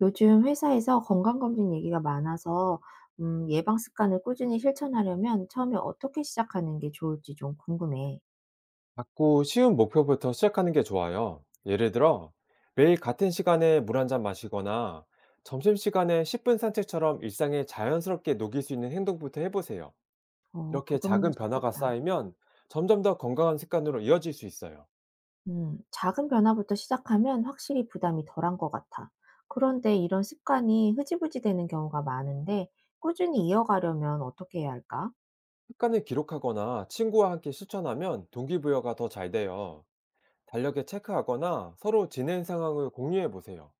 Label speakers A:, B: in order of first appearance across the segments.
A: 요즘 회사에서 건강검진 얘기가 많아서 예방 습관을 꾸준히 실천하려면 처음에 어떻게 시작하는 게 좋을지 좀 궁금해.
B: 작고 쉬운 목표부터 시작하는 게 좋아요. 예를 들어, 매일 같은 시간에 물 한 잔 마시거나 점심시간에 10분 산책처럼 일상에 자연스럽게 녹일 수 있는 행동부터 해보세요.
A: 어,
B: 이렇게
A: 그건
B: 작은 변화가
A: 쉽겠다.
B: 쌓이면 점점 더 건강한 습관으로 이어질 수 있어요.
A: 작은 변화부터 시작하면 확실히 부담이 덜한 것 같아. 그런데 이런 습관이 흐지부지 되는 경우가 많은데 꾸준히 이어가려면 어떻게 해야 할까?
B: 습관을 기록하거나 친구와 함께 실천하면 동기부여가 더 잘 돼요. 달력에 체크하거나 서로 지낸 상황을 공유해 보세요.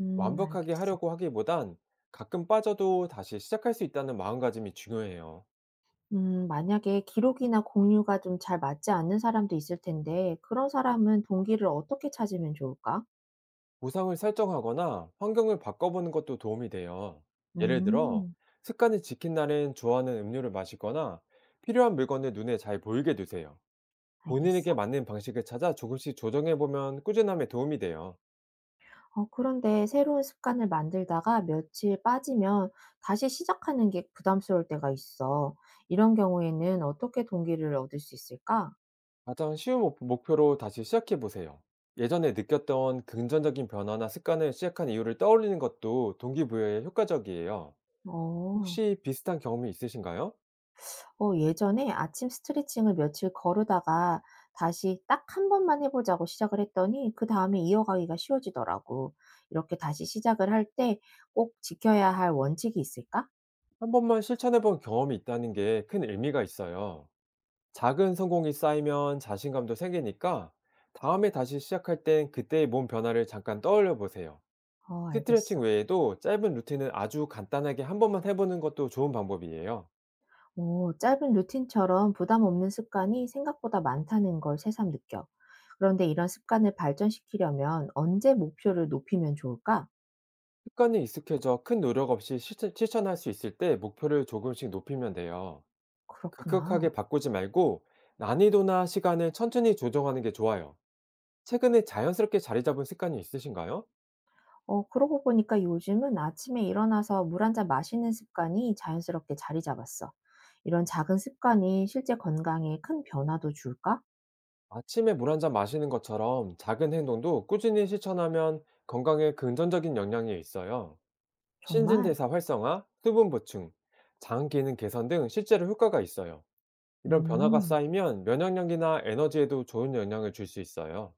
B: 완벽하게
A: 알겠어.
B: 하려고 하기보단 가끔 빠져도 다시 시작할 수 있다는 마음가짐이 중요해요.
A: 만약에 기록이나 공유가 좀 잘 맞지 않는 사람도 있을 텐데 그런 사람은 동기를 어떻게 찾으면 좋을까?
B: 보상을 설정하거나 환경을 바꿔보는 것도 도움이 돼요. 예를 들어,
A: 음.
B: 습관을 지킨 날엔 좋아하는 음료를 마시거나 필요한 물건을 눈에 잘 보이게 두세요.
A: 알겠어.
B: 본인에게 맞는 방식을 찾아 조금씩 조정해보면 꾸준함에 도움이 돼요.
A: 어, 그런데 새로운 습관을 만들다가 며칠 빠지면 다시 시작하는 게 부담스러울 때가 있어. 이런 경우에는 어떻게 동기를 얻을 수 있을까?
B: 가장 쉬운 목표로 다시 시작해보세요. 예전에 느꼈던 긍정적인 변화나 습관을 시작한 이유를 떠올리는 것도 동기부여에 효과적이에요.
A: 어.
B: 혹시 비슷한 경험이 있으신가요?
A: 어, 예전에 아침 스트레칭을 며칠 거르다가 다시 딱 한 번만 해 보자고 시작을 했더니 그다음에 이어가기가 쉬워지더라고. 이렇게 다시 시작을 할 때 꼭 지켜야 할 원칙이 있을까?
B: 한 번만 실천해본 경험이 있다는 게 큰 의미가 있어요. 작은 성공이 쌓이면 자신감도 생기니까 다음에 다시 시작할 땐 그때의 몸 변화를 잠깐 떠올려 보세요.
A: 어, 알겠어.
B: 스트레칭 외에도 짧은 루틴은 아주 간단하게 한 번만 해보는 것도 좋은 방법이에요.
A: 오, 짧은 루틴처럼 부담 없는 습관이 생각보다 많다는 걸 새삼 느껴. 그런데 이런 습관을 발전시키려면 언제 목표를 높이면 좋을까?
B: 습관이 익숙해져 큰 노력 없이 실천할 수 있을 때 목표를 조금씩 높이면 돼요.
A: 그렇구나.
B: 급격하게 바꾸지 말고 난이도나 시간을 천천히 조정하는 게 좋아요. 최근에 자연스럽게 자리 잡은 습관이 있으신가요?
A: 어, 그러고 보니까 요즘은 아침에 일어나서 물 한잔 마시는 습관이 자연스럽게 자리 잡았어. 이런 작은 습관이 실제 건강에 큰 변화도 줄까?
B: 아침에 물 한잔 마시는 것처럼 작은 행동도 꾸준히 실천하면 건강에 긍정적인 영향이 있어요.
A: 정말?
B: 신진대사 활성화, 수분 보충, 장 기능 개선 등 실제로 효과가 있어요. 이런 변화가
A: 음.
B: 쌓이면 면역력이나 에너지에도 좋은 영향을 줄 수 있어요.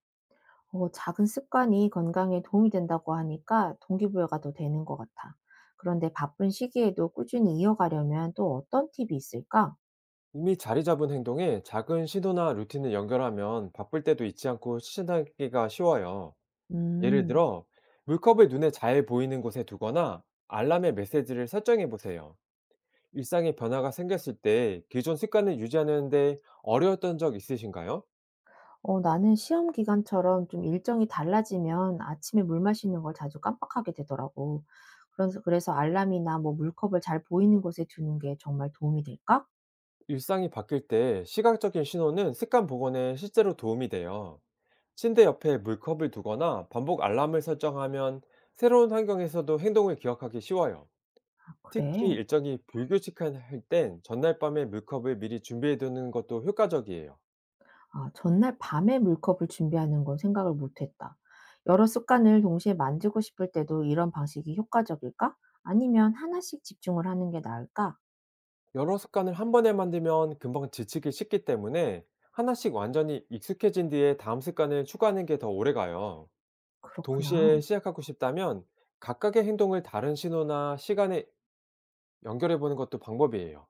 A: 어, 작은 습관이 건강에 도움이 된다고 하니까 동기부여가 더 되는 것 같아. 그런데 바쁜 시기에도 꾸준히 이어가려면 또 어떤 팁이 있을까?
B: 이미 자리 잡은 행동에 작은 시도나 루틴을 연결하면 바쁠 때도 잊지 않고 실천하기가 쉬워요. 예를
A: 음,
B: 들어, 물컵을 눈에 잘 보이는 곳에 두거나 알람의 메시지를 설정해 보세요. 일상의 변화가 생겼을 때 기존 습관을 유지하는데 어려웠던 적 있으신가요?
A: 어, 나는 시험 기간처럼 좀 일정이 달라지면 아침에 물 마시는 걸 자주 깜빡하게 되더라고. 그래서 알람이나 뭐 물컵을 잘 보이는 곳에 두는 게 정말 도움이 될까?
B: 일상이 바뀔 때 시각적인 신호는 습관 복원에 실제로 도움이 돼요. 침대 옆에 물컵을 두거나 반복 알람을 설정하면 새로운 환경에서도 행동을 기억하기 쉬워요.
A: 아,
B: 특히
A: 그래.
B: 일정이 불규칙할 땐 전날 밤에 물컵을 미리 준비해 두는 것도 효과적이에요.
A: 아, 전날 밤에 물컵을 준비하는 건 생각을 못 했다. 여러 습관을 동시에 만들고 싶을 때도 이런 방식이 효과적일까? 아니면 하나씩 집중을 하는 게 나을까?
B: 여러 습관을 한 번에 만들면 금방 지치기 쉽기 때문에 하나씩 완전히 익숙해진 뒤에 다음 습관을 추가하는 게 더 오래 가요. 동시에
A: 그렇구나.
B: 시작하고 싶다면 각각의 행동을 다른 신호나 시간에 연결해 보는 것도 방법이에요.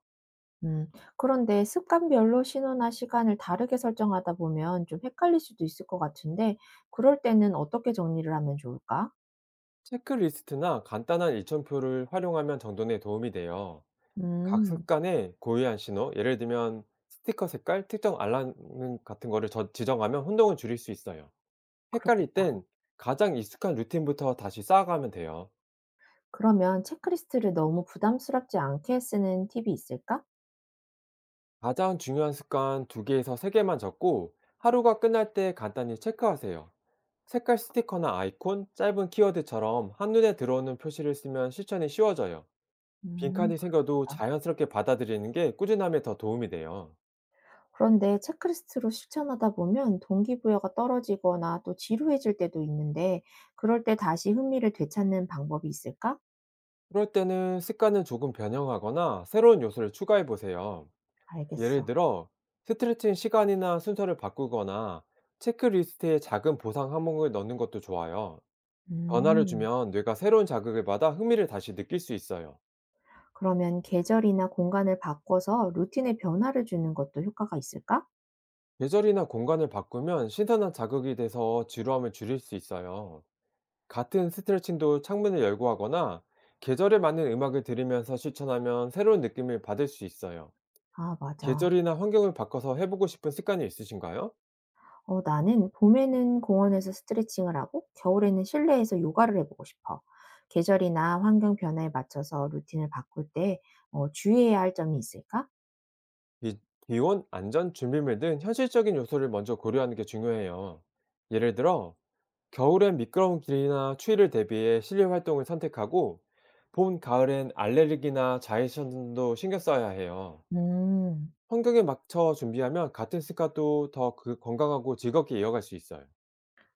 A: 음, 그런데 습관별로 신호나 시간을 다르게 설정하다 보면 좀 헷갈릴 수도 있을 것 같은데, 그럴 때는 어떻게 정리를 하면 좋을까?
B: 체크리스트나 간단한 일정표를 활용하면 정돈에 도움이 돼요. 각
A: 음,
B: 습관에 고유한 신호, 예를 들면 스티커 색깔, 특정 알람 같은 거를 지정하면 혼동을 줄일 수 있어요. 헷갈릴
A: 그렇겠다.
B: 땐 가장 익숙한 루틴부터 다시 쌓아가면 돼요.
A: 그러면 체크리스트를 너무 부담스럽지 않게 쓰는 팁이 있을까?
B: 가장 중요한 습관 2 개에서 3 개만 적고 하루가 끝날 때 간단히 체크하세요. 색깔 스티커나 아이콘, 짧은 키워드처럼 한눈에 들어오는 표시를 쓰면 실천이 쉬워져요. 빈칸이 생겨도
A: 그렇겠다.
B: 자연스럽게 받아들이는 게 꾸준함에 더 도움이 돼요.
A: 그런데 체크리스트로 실천하다 보면 동기부여가 떨어지거나 또 지루해질 때도 있는데, 그럴 때 다시 흥미를 되찾는 방법이 있을까?
B: 그럴 때는 습관을 조금 변형하거나 새로운 요소를 추가해 보세요. 예를
A: 알겠어.
B: 들어, 스트레칭 시간이나 순서를 바꾸거나 체크리스트에 작은 보상 항목을 넣는 것도 좋아요. 변화를
A: 음,
B: 주면 뇌가 새로운 자극을 받아 흥미를 다시 느낄 수 있어요.
A: 그러면 계절이나 공간을 바꿔서 루틴에 변화를 주는 것도 효과가 있을까?
B: 계절이나 공간을 바꾸면 신선한 자극이 돼서 지루함을 줄일 수 있어요. 같은 스트레칭도 창문을 열고 하거나 계절에 맞는 음악을 들으면서 실천하면 새로운 느낌을 받을 수 있어요.
A: 아, 맞아.
B: 계절이나 환경을 바꿔서 해보고 싶은 습관이 있으신가요?
A: 어, 나는 봄에는 공원에서 스트레칭을 하고, 겨울에는 실내에서 요가를 해보고 싶어. 계절이나 환경 변화에 맞춰서 루틴을 바꿀 때, 어, 주의해야 할 점이 있을까?
B: 비- 비온, 안전, 준비물 등 현실적인 요소를 먼저 고려하는 게 중요해요. 예를 들어 겨울엔 미끄러운 길이나 추위를 대비해 실내 활동을 선택하고 봄, 가을엔 알레르기나 자외선도 신경 써야 해요.
A: 음.
B: 환경에 맞춰 준비하면 같은 습관도 더 건강하고 즐겁게 이어갈 수 있어요.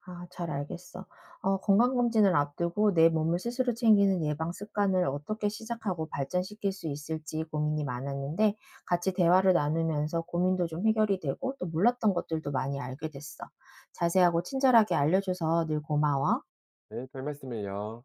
A: 아, 잘 알겠어. 어, 건강검진을 앞두고 내 몸을 스스로 챙기는 예방 습관을 어떻게 시작하고 발전시킬 수 있을지 고민이 많았는데 같이 대화를 나누면서 고민도 좀 해결이 되고 또 몰랐던 것들도 많이 알게 됐어. 자세하고 친절하게 알려줘서 늘 고마워.
B: 네, 별 말씀을요.